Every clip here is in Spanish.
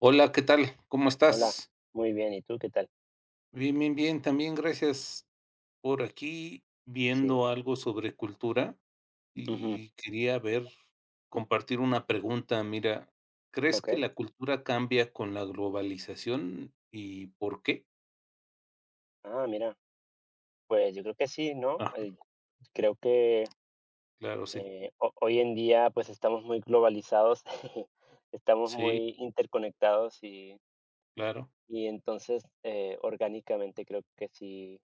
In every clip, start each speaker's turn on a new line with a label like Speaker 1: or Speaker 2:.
Speaker 1: Hola, ¿qué tal? ¿Cómo
Speaker 2: Hola,
Speaker 1: estás?
Speaker 2: muy bien. ¿Y tú qué tal?
Speaker 1: Bien, bien, bien, también gracias. Por aquí viendo
Speaker 2: Sí.
Speaker 1: algo sobre cultura
Speaker 2: Bien. ujú.
Speaker 1: y quería ver, compartir una pregunta. Mira, ¿crees
Speaker 2: Ok.
Speaker 1: que la cultura cambia con la globalización y por qué?
Speaker 2: Mira, pues yo creo que sí, ¿no?
Speaker 1: Ajá,
Speaker 2: Creo que
Speaker 1: claro, sí.
Speaker 2: hoy en día pues estamos muy globalizados, estamos
Speaker 1: Sí,
Speaker 2: muy interconectados
Speaker 1: claro.
Speaker 2: y entonces orgánicamente creo que sí,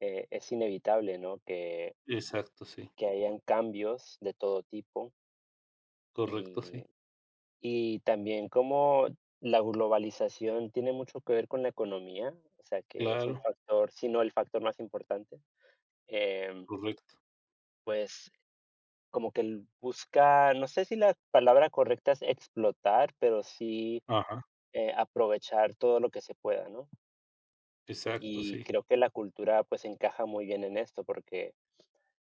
Speaker 2: es inevitable, ¿no?
Speaker 1: Exacto, sí.
Speaker 2: Que hayan cambios de todo tipo.
Speaker 1: Correcto, sí.
Speaker 2: Y también como la globalización tiene mucho que ver con la economía, o sea, que es un
Speaker 1: Claro,
Speaker 2: factor, si no el factor más importante, em,
Speaker 1: correcto.
Speaker 2: pues como que el busca, no sé si la palabra correcta es explotar, pero sí,
Speaker 1: Ajá,
Speaker 2: aprovechar todo lo que se pueda, ¿no?
Speaker 1: exacto,
Speaker 2: Y
Speaker 1: sí.
Speaker 2: creo que la cultura pues encaja muy bien en esto, porque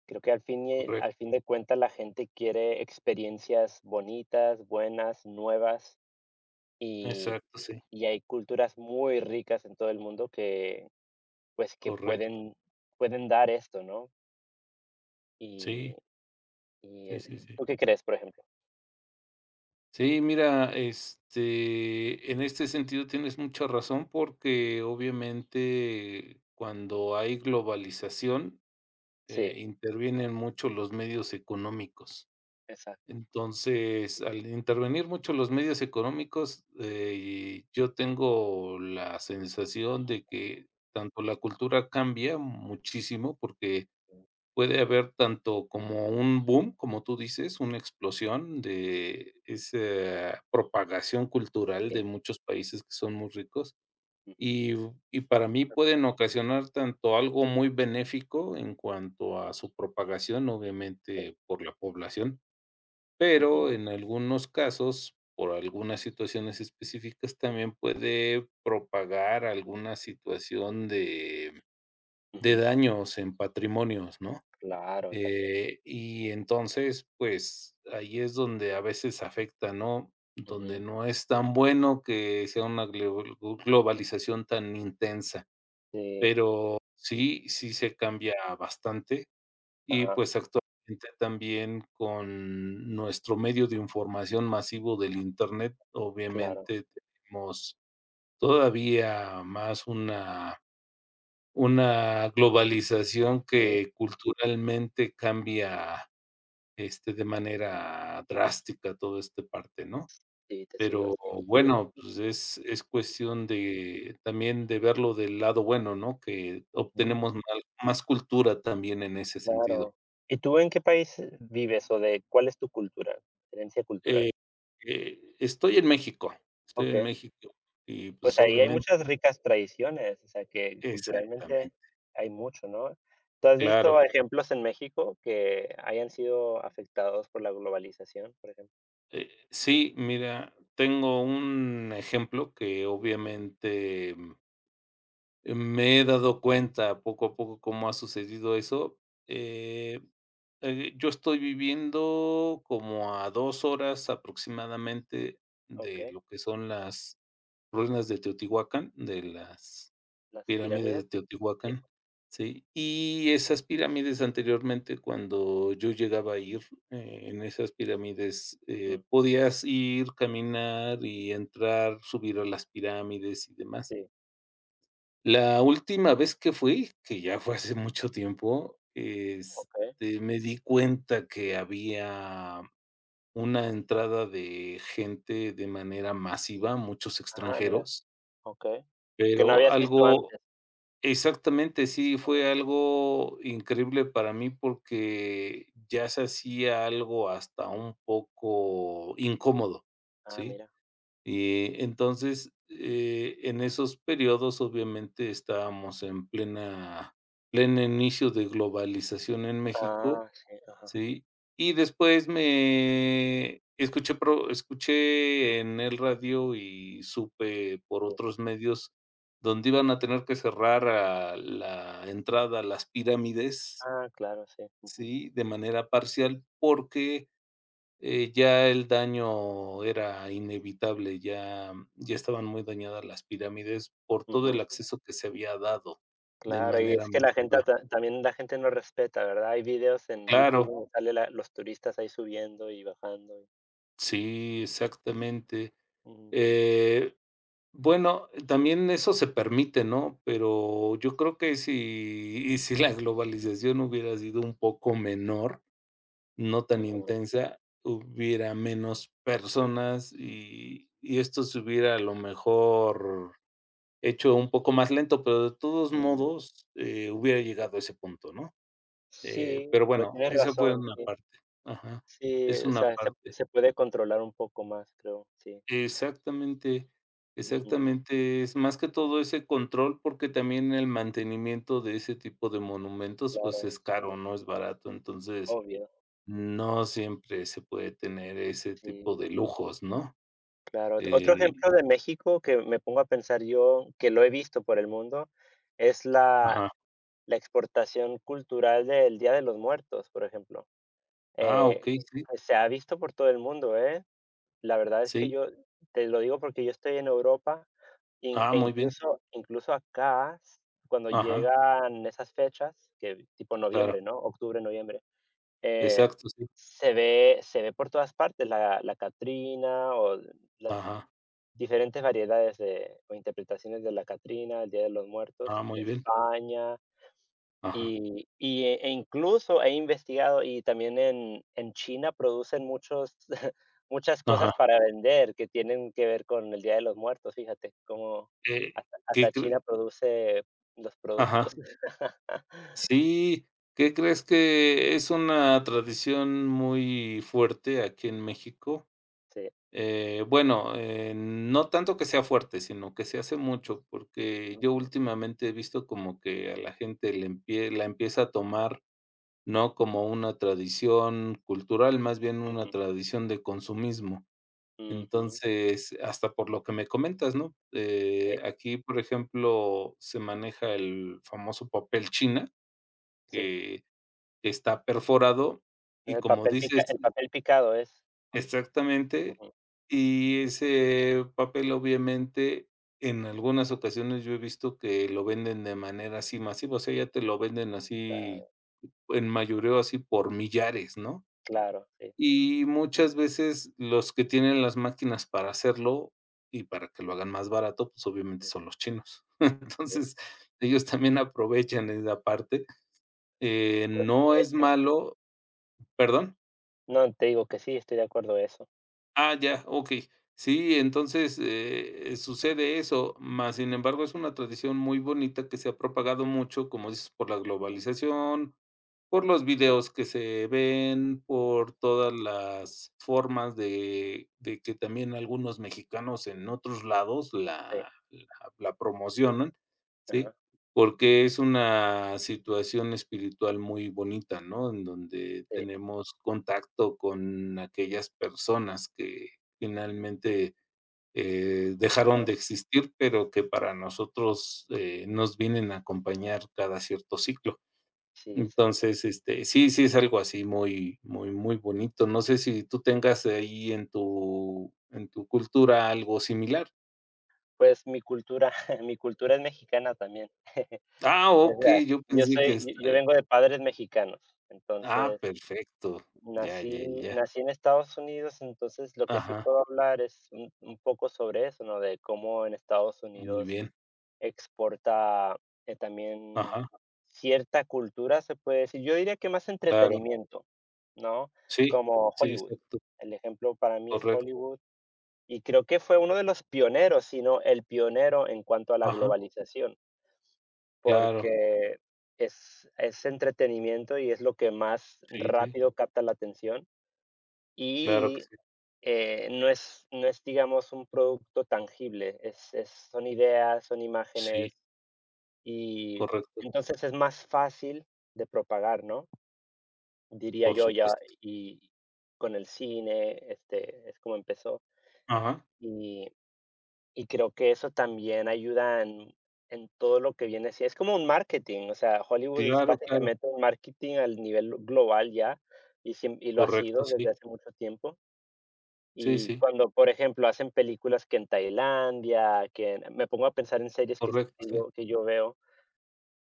Speaker 2: creo que
Speaker 1: Correcto.
Speaker 2: al fin de cuentas la gente quiere experiencias bonitas, buenas, nuevas. Y
Speaker 1: Exacto, sí.
Speaker 2: y hay culturas muy ricas en todo el mundo que, pues, que
Speaker 1: Correcto.
Speaker 2: pueden dar esto, ¿no?
Speaker 1: Sí,
Speaker 2: Y
Speaker 1: sí, sí,
Speaker 2: y
Speaker 1: sí.
Speaker 2: ¿tú qué crees, por ejemplo?
Speaker 1: Sí, mira, en este sentido tienes mucha razón porque obviamente cuando hay globalización,
Speaker 2: Sí,
Speaker 1: intervienen mucho los medios económicos.
Speaker 2: exacto.
Speaker 1: Entonces, al intervenir mucho los medios económicos, yo tengo la sensación de que tanto la cultura cambia muchísimo porque puede haber tanto como un boom, como tú dices, una explosión de esa propagación cultural de
Speaker 2: Sí,
Speaker 1: muchos países que son muy ricos
Speaker 2: ujú,
Speaker 1: y para mí pueden ocasionar tanto algo muy benéfico en cuanto a su propagación,
Speaker 2: sí,
Speaker 1: obviamente, por la población, pero
Speaker 2: ujú,
Speaker 1: en algunos casos, por algunas situaciones específicas, también puede propagar alguna situación de
Speaker 2: ujú,
Speaker 1: daños en patrimonios, ¿no?
Speaker 2: claro, también.
Speaker 1: Y entonces, pues, ahí es donde a veces afecta, ¿no? Donde
Speaker 2: Ujú,
Speaker 1: no es tan bueno que sea una globalización tan intensa,
Speaker 2: sí,
Speaker 1: pero sí, sí se cambia bastante y,
Speaker 2: ajá,
Speaker 1: pues, actualmente también con nuestro medio de información masivo del Internet,
Speaker 2: claro.
Speaker 1: obviamente tenemos todavía más una globalización
Speaker 2: Sí,
Speaker 1: que culturalmente cambia de manera drástica toda esta parte, ¿no?
Speaker 2: sí, te sigo,
Speaker 1: Pero,
Speaker 2: sí.
Speaker 1: sí, bueno, pues es cuestión de también de verlo del lado bueno, ¿no? Que
Speaker 2: Ujú,
Speaker 1: obtenemos mal más cultura también en ese sentido.
Speaker 2: claro. ¿Y tú en qué país vives o de cuál es tu cultura, herencia cultural?
Speaker 1: Eh, estoy en México, estoy en
Speaker 2: Okey.
Speaker 1: México y, pues,
Speaker 2: Pues ahí hay
Speaker 1: obviamente.
Speaker 2: muchas ricas tradiciones, o sea, que culturalmente
Speaker 1: Exactamente,
Speaker 2: hay mucho, ¿no? ¿Tú has
Speaker 1: claro.
Speaker 2: visto ejemplos en México que hayan sido afectados por la globalización, por ejemplo?
Speaker 1: Sí, mira, tengo un ejemplo que
Speaker 2: Ujú,
Speaker 1: obviamente me he dado cuenta poco a poco cómo ha sucedido eso. Eh, yo estoy viviendo como a 2 horas aproximadamente de
Speaker 2: okey.
Speaker 1: lo que son las ruinas de Teotihuacán, de las
Speaker 2: ¿Las
Speaker 1: pirámides de
Speaker 2: pirámides? Sí,
Speaker 1: Teotihuacán, sí, y esas pirámides anteriormente, cuando yo llegaba a ir, en esas pirámides,
Speaker 2: ujú,
Speaker 1: podías ir, caminar y entrar, subir a las pirámides y demás.
Speaker 2: sí,
Speaker 1: La última vez que fui, que ya fue hace
Speaker 2: ajá,
Speaker 1: mucho tiempo,
Speaker 2: okey.
Speaker 1: me di cuenta que había una entrada de gente de manera masiva, muchos
Speaker 2: Ah, mira,
Speaker 1: extranjeros.
Speaker 2: okey. Que no
Speaker 1: pero
Speaker 2: habías visto
Speaker 1: algo
Speaker 2: antes.
Speaker 1: exactamente, sí,
Speaker 2: Ajá.
Speaker 1: fue algo increíble para mí porque ya se hacía algo hasta un poco incómodo,
Speaker 2: Ah,
Speaker 1: ¿sí?
Speaker 2: mira.
Speaker 1: Y entonces, en esos periodos, obviamente, estábamos en plena pleno inicio de globalización en México,
Speaker 2: Ah, sí, ajá,
Speaker 1: ¿sí? Y después me escuché pro escuché en el radio y supe por
Speaker 2: sí.
Speaker 1: otros medios donde iban a tener que cerrar a la entrada a las pirámides,
Speaker 2: Ah, claro, sí, ujú,
Speaker 1: ¿sí? De manera parcial, porque ya el daño era inevitable, ya estaban muy dañadas las pirámides por todo el
Speaker 2: ujú.
Speaker 1: acceso que se había dado de
Speaker 2: Claro, y
Speaker 1: manera
Speaker 2: es que la gente
Speaker 1: masiva.
Speaker 2: ta también la gente no respeta, ¿verdad? Hay videos en YouTube
Speaker 1: Claro,
Speaker 2: donde sale la los turistas ahí subiendo y bajando. Y-
Speaker 1: sí, exactamente.
Speaker 2: ujú,
Speaker 1: Eh, bueno, también eso se permite, ¿no? Pero yo creo que si la globalización hubiera sido un poco menor, no tan
Speaker 2: ujú,
Speaker 1: intensa, hubiera menos personas y esto se hubiera a lo mejor hecho un poco más lento, pero de todos
Speaker 2: mm,
Speaker 1: modos, hubiera
Speaker 2: sí.
Speaker 1: llegado a ese punto, ¿no? Eh,
Speaker 2: Sí,
Speaker 1: pero
Speaker 2: pero
Speaker 1: bueno,
Speaker 2: tienes
Speaker 1: esa fue
Speaker 2: razón,
Speaker 1: una
Speaker 2: sí.
Speaker 1: parte. Ajá,
Speaker 2: Sí,
Speaker 1: es
Speaker 2: o
Speaker 1: una
Speaker 2: sea, se
Speaker 1: parte.
Speaker 2: se puede controlar un poco más, creo, sí.
Speaker 1: Exactamente,
Speaker 2: Ujú,
Speaker 1: exactamente. Es más que todo ese control, porque también el mantenimiento de ese tipo de monumentos, pues,
Speaker 2: claro,
Speaker 1: es caro,
Speaker 2: sí,
Speaker 1: no es barato. Entonces,
Speaker 2: obvio,
Speaker 1: no siempre se puede tener ese
Speaker 2: sí,
Speaker 1: tipo de lujos, ¿no?
Speaker 2: claro. Otro
Speaker 1: Eh
Speaker 2: ejemplo de México que me pongo a pensar yo, que lo he visto por el mundo, es la
Speaker 1: ajá.
Speaker 2: la exportación cultural del Día de los Muertos, por ejemplo.
Speaker 1: Ah,
Speaker 2: Eh,
Speaker 1: okey, sí,
Speaker 2: pues, se ha visto por todo el mundo, ¿eh? La verdad es que
Speaker 1: sí.
Speaker 2: yo te lo digo porque yo estoy en Europa
Speaker 1: Ah, muy bien.
Speaker 2: incluso acá, s- cuando
Speaker 1: Ajá,
Speaker 2: llegan esas fechas, que tipo noviembre,
Speaker 1: claro.
Speaker 2: ¿no? Octubre, noviembre, eh,
Speaker 1: Exacto, sí.
Speaker 2: se ve por todas partes la, la Catrina o las
Speaker 1: Ajá.
Speaker 2: diferentes variedades de, o interpretaciones de la Catrina, el Día de los Muertos
Speaker 1: Ah,
Speaker 2: en
Speaker 1: muy bien.
Speaker 2: España,
Speaker 1: Ajá,
Speaker 2: y, e incluso he investigado, y también en China producen muchos muchas cosas
Speaker 1: ajá.
Speaker 2: para vender que tienen que ver con el Día de los Muertos, fíjate, como
Speaker 1: Eh,
Speaker 2: hasta
Speaker 1: ¿qué
Speaker 2: hasta China
Speaker 1: cre?
Speaker 2: produce los productos.
Speaker 1: Ajá. Sí, ¿qué crees? Que es una tradición muy fuerte aquí en México.
Speaker 2: Sí.
Speaker 1: Bueno, no tanto que sea fuerte, sino que se hace mucho, porque yo
Speaker 2: Ujú,
Speaker 1: últimamente he visto como que a la gente le empie la empieza a tomar, no como una tradición cultural, más bien una
Speaker 2: ujú,
Speaker 1: tradición de consumismo.
Speaker 2: ujú.
Speaker 1: Entonces, hasta por lo que me comentas, ¿no? Eh,
Speaker 2: Sí,
Speaker 1: aquí, por ejemplo, se maneja el famoso papel china,
Speaker 2: sí.
Speaker 1: que está perforado y como dices
Speaker 2: El papel picado es.
Speaker 1: exactamente,
Speaker 2: Ujú,
Speaker 1: y ese papel obviamente en algunas ocasiones yo he visto que lo venden de manera así masiva, o sea, ya te lo venden así
Speaker 2: claro,
Speaker 1: en mayoreo así por millares, ¿no?
Speaker 2: claro, sí,
Speaker 1: Y muchas veces los que tienen las máquinas para hacerlo y para que lo hagan más barato, pues obviamente
Speaker 2: ujú,
Speaker 1: son los chinos.
Speaker 2: sí.
Speaker 1: Entonces, ellos también aprovechan esa parte. Eh,
Speaker 2: Pues,
Speaker 1: no es
Speaker 2: eso.
Speaker 1: malo. ¿Perdón?
Speaker 2: No, te digo que sí, estoy de acuerdo en eso.
Speaker 1: Ah, ya, okey. Sí, entonces, sucede eso, mas sin embargo, es una tradición muy bonita que se ha propagado mucho, como dices, por la
Speaker 2: Ujú.
Speaker 1: globalización. Por los
Speaker 2: No,
Speaker 1: videos que se ven, por todas las formas de que también algunos mexicanos en otros lados
Speaker 2: sí,
Speaker 1: la promocionan, ¿sí?
Speaker 2: ajá,
Speaker 1: Porque es una situación espiritual muy bonita, ¿no? En donde
Speaker 2: sí,
Speaker 1: tenemos contacto con aquellas personas que finalmente, dejaron de existir, pero que para nosotros, nos vienen a acompañar cada cierto ciclo.
Speaker 2: sí, exacto.
Speaker 1: Entonces, sí, sí es algo así muy, muy, muy bonito. No sé si tú tengas ahí en tu cultura algo similar.
Speaker 2: Pues mi cultura mi cultura es mexicana también.
Speaker 1: Ah,
Speaker 2: O sea,
Speaker 1: okey, yo
Speaker 2: yo
Speaker 1: pensé que
Speaker 2: soy
Speaker 1: está.
Speaker 2: yo yo vengo de padres mexicanos,
Speaker 1: Ah,
Speaker 2: entonces
Speaker 1: perfecto. Ya,
Speaker 2: nací
Speaker 1: ya, ya.
Speaker 2: nací en Estados Unidos, entonces lo que sí
Speaker 1: Ajá,
Speaker 2: puedo hablar es un poco sobre eso, ¿no? De cómo en Estados
Speaker 1: muy
Speaker 2: Unidos
Speaker 1: bien.
Speaker 2: exporta, también
Speaker 1: Ajá,
Speaker 2: cierta cultura, se puede decir. Yo diría que más
Speaker 1: claro.
Speaker 2: entretenimiento, ¿no?
Speaker 1: Sí,
Speaker 2: Como
Speaker 1: sí,
Speaker 2: Hollywood.
Speaker 1: exacto,
Speaker 2: El ejemplo para mí es
Speaker 1: correcto.
Speaker 2: Hollywood. Y creo que fue uno de los pioneros, si no el pionero en cuanto a la
Speaker 1: Ajá,
Speaker 2: globalización,
Speaker 1: claro.
Speaker 2: porque es entretenimiento y es lo que más
Speaker 1: Sí, sí,
Speaker 2: rápido capta la atención,
Speaker 1: claro que
Speaker 2: y
Speaker 1: sí.
Speaker 2: no es, no es, digamos, un producto tangible, es- son ideas, son
Speaker 1: Sí,
Speaker 2: imágenes y
Speaker 1: correcto,
Speaker 2: entonces es más fácil de propagar, ¿no? Diría
Speaker 1: por
Speaker 2: yo ya,
Speaker 1: supuesto.
Speaker 2: y con el cine, este, es como empezó.
Speaker 1: Ajá,
Speaker 2: Y creo que eso también ayuda en todo lo que viene así. Es como un marketing, o sea, Hollywood es
Speaker 1: claro, claro,
Speaker 2: básicamente un marketing al nivel global ya, y siem y lo ha
Speaker 1: correcto,
Speaker 2: sido desde
Speaker 1: sí.
Speaker 2: hace mucho tiempo.
Speaker 1: Sí,
Speaker 2: Y
Speaker 1: sí,
Speaker 2: cuando, por ejemplo, hacen películas que en Tailandia, que en me pongo a pensar en series
Speaker 1: correcto, sí.
Speaker 2: que yo veo.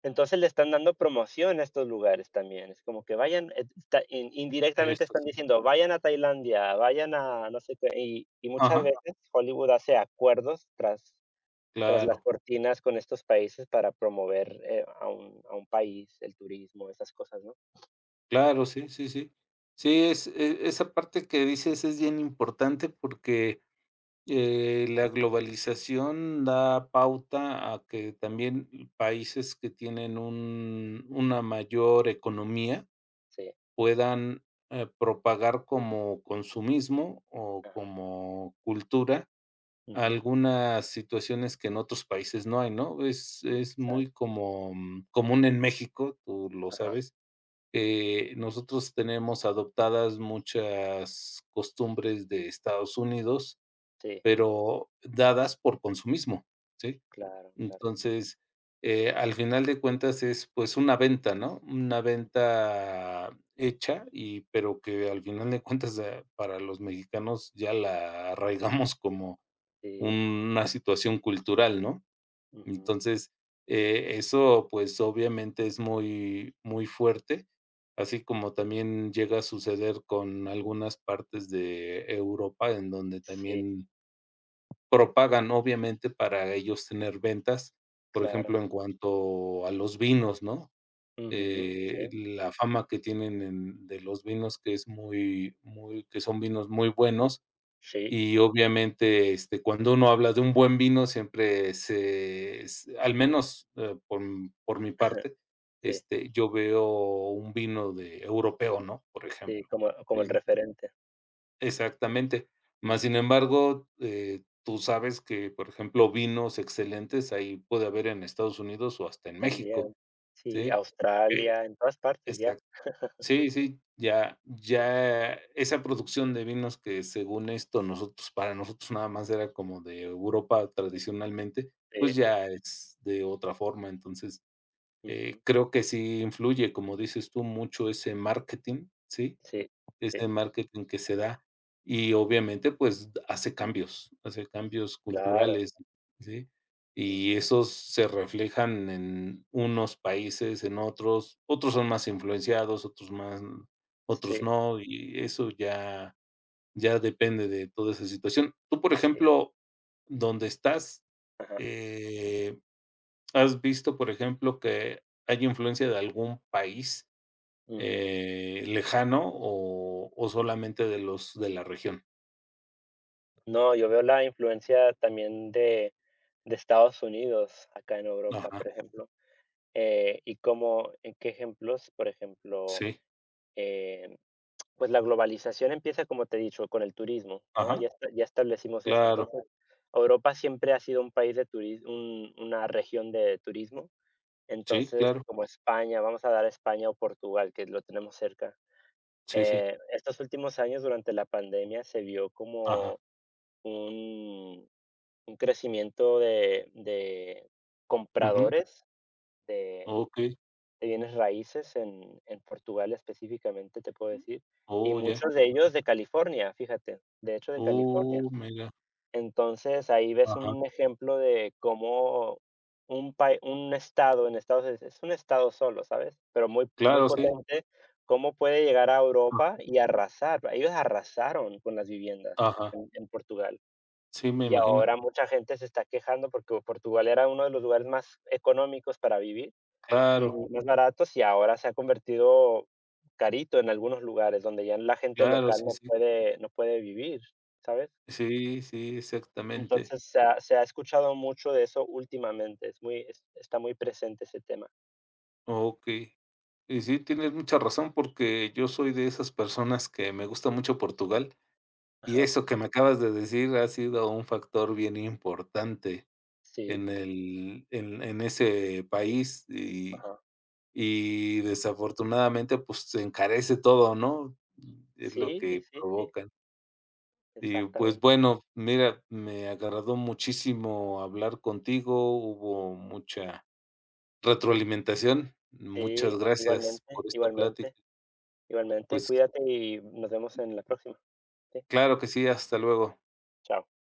Speaker 2: Entonces, le están dando promoción a estos lugares también. Es como que vayan, está in indirectamente
Speaker 1: Eso
Speaker 2: están
Speaker 1: sí.
Speaker 2: diciendo: "Vayan a Tailandia, vayan a no sé qué". Y muchas
Speaker 1: Ajá,
Speaker 2: veces Hollywood hace acuerdos tras las
Speaker 1: claro.
Speaker 2: cortinas con estos países para promover, a un país, el turismo, esas cosas, ¿no?
Speaker 1: Claro, sí, sí, sí. Sí, es esa parte que dices es bien importante porque, la globalización da pauta a que también países que tienen un una mayor economía
Speaker 2: Sí,
Speaker 1: puedan, propagar como consumismo o
Speaker 2: ajá,
Speaker 1: como cultura
Speaker 2: ujú,
Speaker 1: algunas situaciones que en otros países no hay, ¿no? Es muy
Speaker 2: exacto,
Speaker 1: como común en México, tú lo
Speaker 2: ajá,
Speaker 1: sabes, nosotros tenemos adoptadas muchas costumbres de Estados Unidos,
Speaker 2: sí,
Speaker 1: pero dadas por consumismo, ¿sí?
Speaker 2: claro, claro,
Speaker 1: Entonces, al final de cuentas es, pues, una venta, ¿no? Una venta hecha pero que al final de cuentas, para los mexicanos ya la arraigamos como
Speaker 2: sí,
Speaker 1: una situación cultural, ¿no?
Speaker 2: ujú,
Speaker 1: Entonces, eso, pues, obviamente es muy, muy fuerte, así como también llega a suceder con algunas partes de Europa, en donde
Speaker 2: sí,
Speaker 1: también
Speaker 2: o
Speaker 1: propagan, obviamente, para ellos tener ventas, por
Speaker 2: claro,
Speaker 1: ejemplo, en cuanto a los vinos, ¿no?
Speaker 2: ujú,
Speaker 1: Eh,
Speaker 2: sí,
Speaker 1: la fama que tienen en de los vinos, que son vinos muy buenos.
Speaker 2: sí,
Speaker 1: Y obviamente, cuando uno habla de un buen vino, siempre se s al menos, por m por mi parte,
Speaker 2: sí,
Speaker 1: yo veo un vino de europeo, ¿no? Por
Speaker 2: sí,
Speaker 1: ejemplo.
Speaker 2: como como el
Speaker 1: En
Speaker 2: referente,
Speaker 1: exactamente. Más
Speaker 2: mm,
Speaker 1: sin embargo, tú sabes que, por ejemplo, vinos excelentes ahí puede haber en Estados Unidos o hasta en México,
Speaker 2: también, sí,
Speaker 1: ¿sí? Eh,
Speaker 2: Australia, en todas partes ya,
Speaker 1: Sí, sí, ya esa producción de vinos que según esto nosotros para nosotros nada más era como de Europa tradicionalmente, pues
Speaker 2: sí,
Speaker 1: ya es de otra forma. Entonces,
Speaker 2: ujú,
Speaker 1: creo que sí influye, como dices tú, mucho ese marketing, ¿sí?
Speaker 2: sí, sí,
Speaker 1: Ese marketing que se da y obviamente, pues, hace cambios
Speaker 2: claro,
Speaker 1: culturales, ¿sí? Y
Speaker 2: ujú,
Speaker 1: esos se reflejan en unos países, en otros, otros son más influenciados, otros más, otros
Speaker 2: sí,
Speaker 1: no, y eso ya ya depende de toda esa situación. Tú, por
Speaker 2: sí,
Speaker 1: ejemplo, donde estás,
Speaker 2: ajá,
Speaker 1: eh, ¿has visto, por ejemplo, que hay influencia de algún país?
Speaker 2: ujú.
Speaker 1: Lejano o solamente de los de la región.
Speaker 2: No, yo veo la influencia también de Estados Unidos acá en Europa,
Speaker 1: Ajá,
Speaker 2: por ejemplo. Y cómo, en qué ejemplos, por ejemplo,
Speaker 1: sí,
Speaker 2: eh, pues la globalización empieza, como te he dicho, con el turismo, ¿no?
Speaker 1: ajá,
Speaker 2: Ya, esta- ya establecimos eso.
Speaker 1: claro,
Speaker 2: Entonces, Europa siempre ha sido un país de turismo, una región de turismo.
Speaker 1: sí,
Speaker 2: Entonces,
Speaker 1: claro,
Speaker 2: como España, vamos a dar a España o Portugal, que lo tenemos cerca.
Speaker 1: sí, sí,
Speaker 2: Estos últimos años, durante la pandemia, se vio
Speaker 1: ajá,
Speaker 2: como un, un crecimiento de
Speaker 1: ujú,
Speaker 2: compradores de
Speaker 1: okey.
Speaker 2: de bienes raíces en Portugal específicamente, te puedo decir, y
Speaker 1: Oh, ya.
Speaker 2: muchos de ellos de California, fíjate, de hecho, de California.
Speaker 1: Oh, mira,
Speaker 2: Entonces, ahí ves
Speaker 1: ajá,
Speaker 2: un ejemplo de cómo un estado en Estados es un estado solo, ¿sabes? Pero muy muy
Speaker 1: claro, sí,
Speaker 2: potente, cómo puede llegar a Europa y arrasar. Ellos arrasaron con las viviendas
Speaker 1: ajá,
Speaker 2: en Portugal.
Speaker 1: sí, me
Speaker 2: Y
Speaker 1: imagino.
Speaker 2: ahora mucha gente se está quejando porque Portugal era uno de los lugares más económicos para vivir y
Speaker 1: Claro,
Speaker 2: más baratos, y ahora se ha convertido carito en algunos lugares donde ya la gente
Speaker 1: claro,
Speaker 2: local
Speaker 1: sí, sí,
Speaker 2: no puede vivir, ¿sabes?
Speaker 1: sí, sí, exactamente.
Speaker 2: Entonces se ha escuchado mucho de eso últimamente, es muy es está muy presente ese tema.
Speaker 1: Okey. Y sí, tienes mucha razón, porque yo soy de esas personas que me gusta mucho Portugal. Y
Speaker 2: Ajá,
Speaker 1: eso que me acabas de decir ha sido un factor bien importante
Speaker 2: sí,
Speaker 1: en el en ese país y
Speaker 2: ajá.
Speaker 1: desafortunadamente, pues, se encarece todo, ¿no? Es lo
Speaker 2: Sí,
Speaker 1: que
Speaker 2: sí, sí,
Speaker 1: provocan. Y, pues,
Speaker 2: exactamente.
Speaker 1: bueno, mira, me agradó muchísimo hablar contigo, hubo mucha retroalimentación.
Speaker 2: Sí,
Speaker 1: Muchas gracias
Speaker 2: igualmente,
Speaker 1: por esta plática.
Speaker 2: igualmente, igualmente,
Speaker 1: Pues,
Speaker 2: cuídate y nos vemos en la próxima. Sí,
Speaker 1: claro que sí, hasta luego.
Speaker 2: chao.